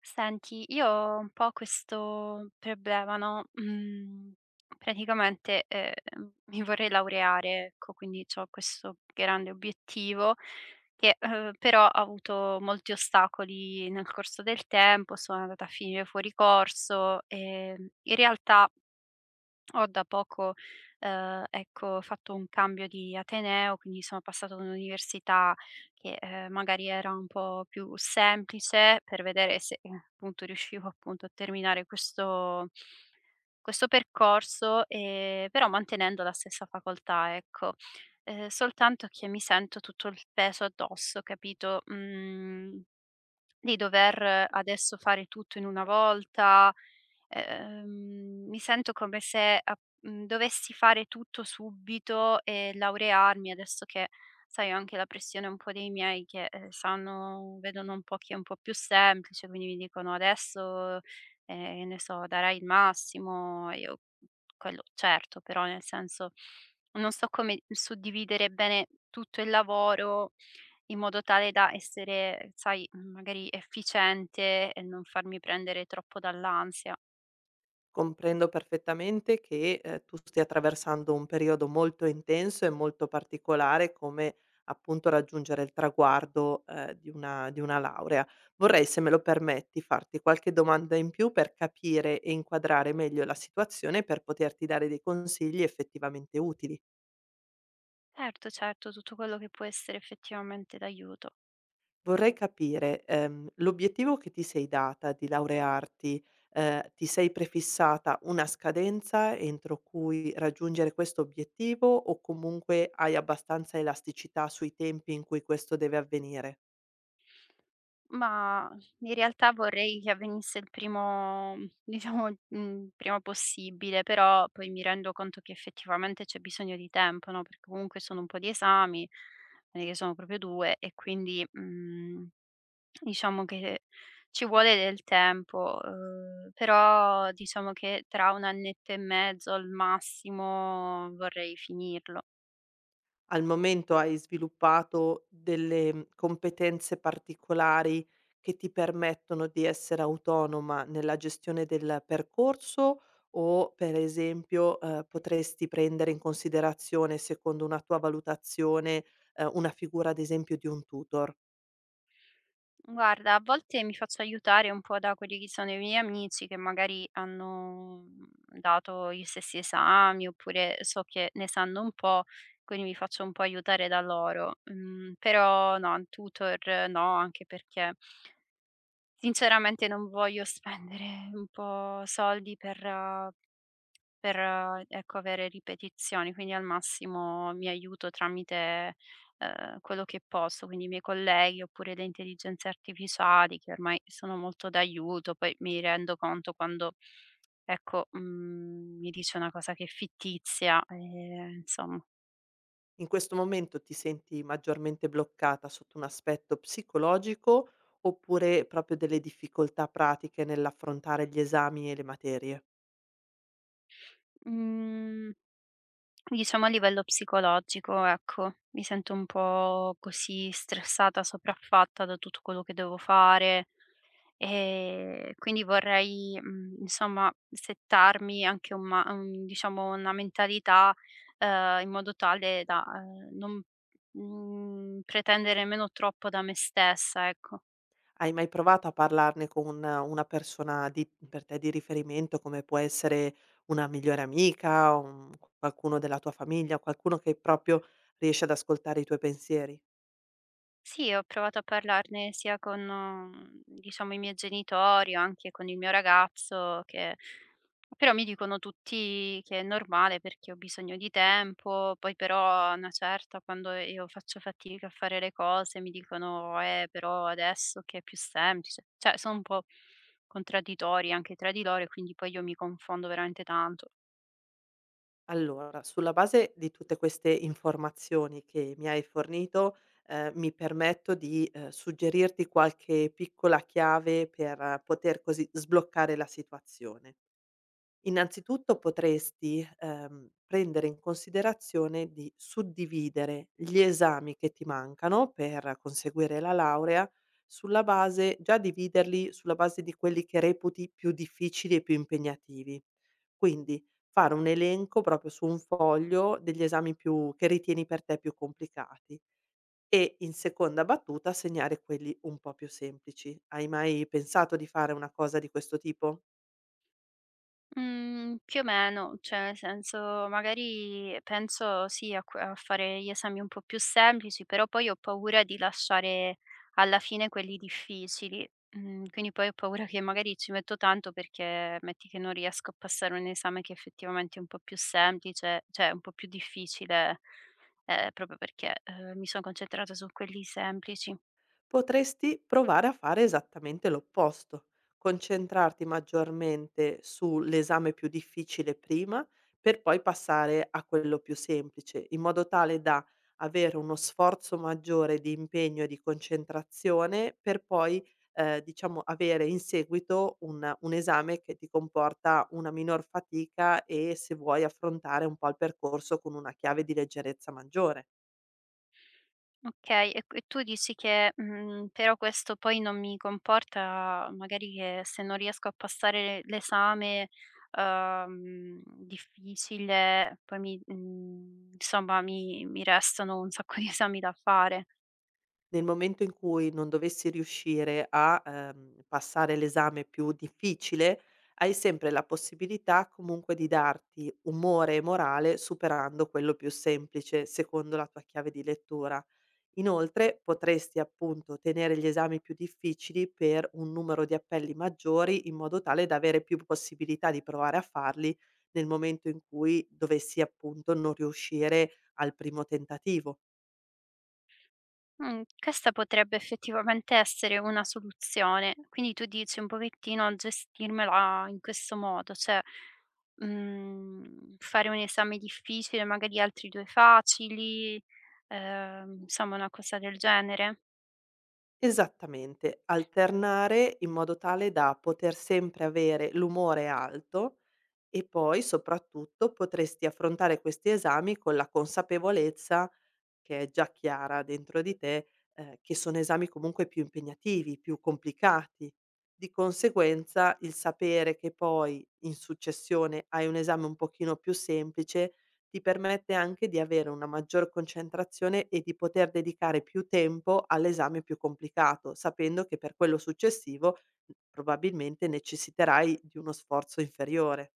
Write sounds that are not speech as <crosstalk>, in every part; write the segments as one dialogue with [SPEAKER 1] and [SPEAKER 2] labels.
[SPEAKER 1] Senti, io ho un po' questo problema, no, praticamente, mi vorrei laureare, ecco, quindi c'ho questo grande obiettivo che, però ha avuto molti ostacoli nel corso del tempo, sono andata a finire fuori corso, in realtà ho da poco, ecco, fatto un cambio di ateneo, quindi sono passata ad un'università che, magari era un po' più semplice per vedere se, appunto riuscivo appunto a terminare questo percorso, però mantenendo la stessa facoltà, ecco. Soltanto che mi sento tutto il peso addosso, capito? Mhmm di dover adesso fare tutto in una volta, mi sento come se dovessi fare tutto subito e laurearmi adesso che, sai, ho anche la pressione un po' dei miei che, sanno vedono un po' chi è un po' più semplice, quindi mi dicono: "Adesso, che ne so, darai il massimo." E io quello certo, però nel senso non so come suddividere bene tutto il lavoro in modo tale da essere, sai, magari efficiente e non farmi prendere troppo dall'ansia.
[SPEAKER 2] Comprendo perfettamente che, tu stia attraversando un periodo molto intenso e molto particolare come, appunto, raggiungere il traguardo, di una laurea. Vorrei, se me lo permetti, farti qualche domanda in più per capire e inquadrare meglio la situazione, per poterti dare dei consigli effettivamente utili.
[SPEAKER 1] Certo, certo, tutto quello che può essere effettivamente d'aiuto.
[SPEAKER 2] Vorrei capire, l'obiettivo che ti sei data di laurearti, ti sei prefissata una scadenza entro cui raggiungere questo obiettivo o comunque hai abbastanza elasticità sui tempi in cui questo deve avvenire?
[SPEAKER 1] Ma in realtà vorrei che avvenisse il primo <laughs> diciamo, prima possibile, però poi mi rendo conto che effettivamente c'è bisogno di tempo, no, perché comunque sono un po' di esami, non è che sono proprio 2 e quindi, mhmm Diciamo che ci vuole del tempo, però diciamo che tra 1 annetto e mezzo al massimo vorrei finirlo.
[SPEAKER 2] Al momento hai sviluppato delle, competenze particolari che ti permettono di essere autonoma nella gestione del percorso o per esempio, potresti prendere in considerazione, secondo una tua valutazione, una figura ad esempio di un tutor?
[SPEAKER 1] Guarda, a volte mi faccio aiutare un po' da quelli che sono i miei amici che magari hanno, dato gli stessi esami, oppure so che ne sanno un po', quindi mi faccio un po' aiutare da loro. Mhmm, però no, un tutor no, anche perché sinceramente non voglio spendere un po' soldi per ecco, avere ripetizioni, quindi al massimo mi aiuto tramite, quello che posso, quindi i miei colleghi oppure le intelligenze artificiali che ormai sono molto d'aiuto, poi mi rendo conto quando, ecco, mi dice una cosa che è fittizia, insomma.
[SPEAKER 2] In questo momento ti senti maggiormente bloccata sotto un aspetto psicologico, oppure proprio delle difficoltà pratiche nell'affrontare gli esami e le materie?
[SPEAKER 1] Mhmm, diciamo a livello psicologico, ecco, mi sento un po' così stressata, sopraffatta da tutto quello che devo fare. Quindi vorrei, insomma settarmi anche un ma un diciamo una mentalità, in modo tale da, non, pretendere nemmeno troppo da me stessa, ecco.
[SPEAKER 2] Hai mai provato a parlarne con una persona di per te di riferimento, come può essere una migliore amica, un qualcuno della tua famiglia, qualcuno che proprio riesce ad ascoltare i tuoi pensieri?
[SPEAKER 1] Sì, ho provato a parlarne sia con, diciamo i miei genitori o anche con il mio ragazzo che però mi dicono tutti che è normale perché ho bisogno di tempo, poi però a una certa quando io faccio fatica a fare le cose mi dicono: però adesso che è più semplice." Cioè, sono un po' contraddittori anche tra di loro e quindi poi io mi confondo veramente tanto.
[SPEAKER 2] Allora, sulla base di tutte queste informazioni che mi hai fornito, mi permetto di, suggerirti qualche piccola chiave per poter così sbloccare la situazione. Innanzitutto potresti, prendere in considerazione di suddividere gli esami che ti mancano per conseguire la laurea sulla base già dividerli sulla base di quelli che reputi più difficili e più impegnativi. Quindi fare un elenco proprio su un foglio degli esami più che ritieni per te più complicati e in seconda battuta segnare quelli un po' più semplici. Hai mai pensato di fare una cosa di questo tipo?
[SPEAKER 1] Mhmm, più o meno, cioè nel senso magari penso sì a fare gli esami un po' più semplici, però poi ho paura di lasciare alla fine quelli difficili. Quindi poi ho paura che magari ci metto tanto perché metti che non riesco a passare un esame che effettivamente è un po' più semplice, cioè un po' più difficile, proprio perché, mi sono concentrata su quelli semplici.
[SPEAKER 2] Potresti provare a fare esattamente l'opposto, concentrarti maggiormente sull'esame più difficile prima per poi passare a quello più semplice, in modo tale da avere uno sforzo maggiore di impegno e di concentrazione per poi, diciamo avere in seguito un esame che ti comporta una minor fatica e, se vuoi, affrontare un po' il percorso con una chiave di leggerezza maggiore.
[SPEAKER 1] Okay, e tu dici che, però questo poi non mi comporta magari che se non riesco a passare l'esame, difficile poi insomma mi restano un sacco di esami da fare.
[SPEAKER 2] Nel momento in cui non dovessi riuscire a, passare l'esame più difficile, hai sempre la possibilità comunque di darti umore e morale superando quello più semplice, secondo la tua chiave di lettura. Inoltre potresti appunto tenere gli esami più difficili per un numero di appelli maggiori, in modo tale da avere più possibilità di provare a farli nel momento in cui dovessi appunto non riuscire al primo tentativo.
[SPEAKER 1] Questa potrebbe effettivamente essere una soluzione. Quindi tu dici un pochettino a gestirmela in questo modo, cioè, fare un esame difficile, magari altri 2 facili, insomma una cosa del genere.
[SPEAKER 2] Esattamente, alternare in modo tale da poter sempre avere l'umore alto e poi soprattutto potresti affrontare questi esami con la consapevolezza che è già chiara dentro di te, che sono esami comunque più impegnativi, più complicati. Di conseguenza il sapere che poi in successione hai un esame un pochino più semplice, ti permette anche di avere una maggior concentrazione e di poter dedicare più tempo all'esame più complicato, sapendo che per quello successivo, probabilmente necessiterai di uno sforzo inferiore.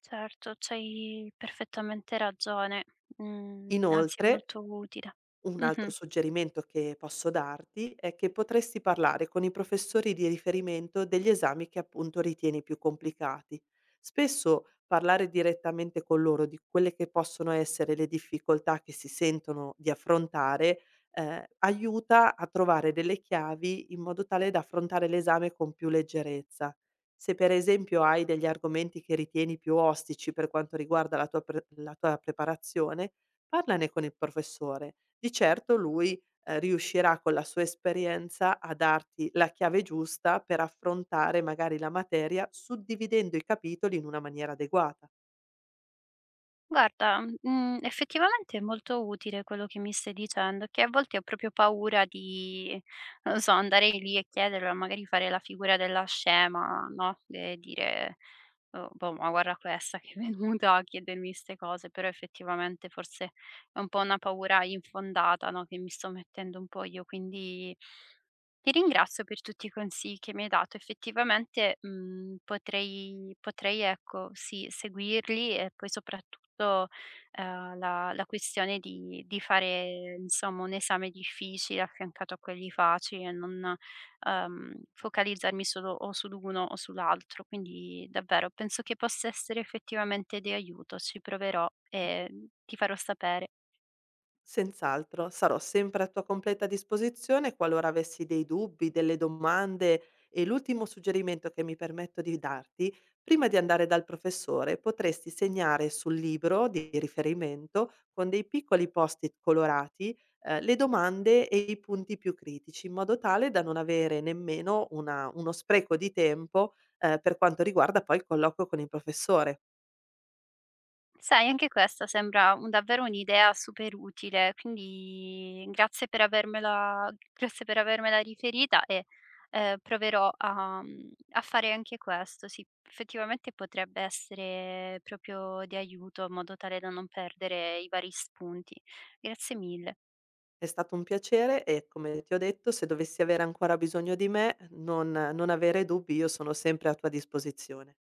[SPEAKER 1] Certo, c'hai perfettamente ragione. Anzi è
[SPEAKER 2] Inoltre
[SPEAKER 1] molto utile.
[SPEAKER 2] un altro
[SPEAKER 1] Mh-mh.
[SPEAKER 2] suggerimento che posso darti è che potresti parlare con i professori di riferimento degli esami che appunto ritieni più complicati. Spesso parlare direttamente con loro di quelle che possono essere le difficoltà che si sentono di affrontare aiuta a trovare delle chiavi in modo tale da affrontare l'esame con più leggerezza. Se per esempio hai degli argomenti che ritieni più ostici per quanto riguarda la la tua preparazione, parlane con il professore di certo lui, riuscirà con la sua esperienza a darti la chiave giusta per affrontare magari la materia, suddividendo i capitoli in una maniera adeguata.
[SPEAKER 1] Guarda, effettivamente è molto utile quello che mi stai dicendo, che a volte ho proprio paura di, non lo so, andare lì e chiederlo, magari fare la figura della scema, no, e dire: "Oh, boh, ma guarda questa che è <laughs> venuta a chiedermi 'ste cose", però effettivamente forse è un po' una paura infondata, no, che mi sto mettendo un po' io, quindi ti ringrazio per tutti i consigli che mi hai dato. Effettivamente, potrei ecco, sì, seguirli e poi soprattutto, la questione di fare insomma un esame difficile affiancato a quelli facili e non, focalizzarmi solo o sull'uno o sull'altro. Quindi davvero penso che possa essere effettivamente di aiuto. Ci proverò e ti farò sapere.
[SPEAKER 2] Senz'altro, sarò sempre a tua completa disposizione qualora avessi dei dubbi, delle domande e l'ultimo suggerimento che mi permetto di darti, prima di andare dal professore potresti segnare sul libro di riferimento con dei piccoli post-it colorati, le domande e i punti più critici, in modo tale da non avere nemmeno uno spreco di tempo, per quanto riguarda poi il colloquio con il professore.
[SPEAKER 1] Sai, anche questa sembra un davvero un'idea super utile, quindi grazie per avermela riferita e, proverò a fare anche questo. Sì, effettivamente potrebbe essere proprio di aiuto, in modo tale da non perdere i vari spunti. Grazie mille.
[SPEAKER 2] È stato un piacere e, come ti ho detto, se dovessi avere ancora bisogno di me, non avere dubbi, io sono sempre a tua disposizione.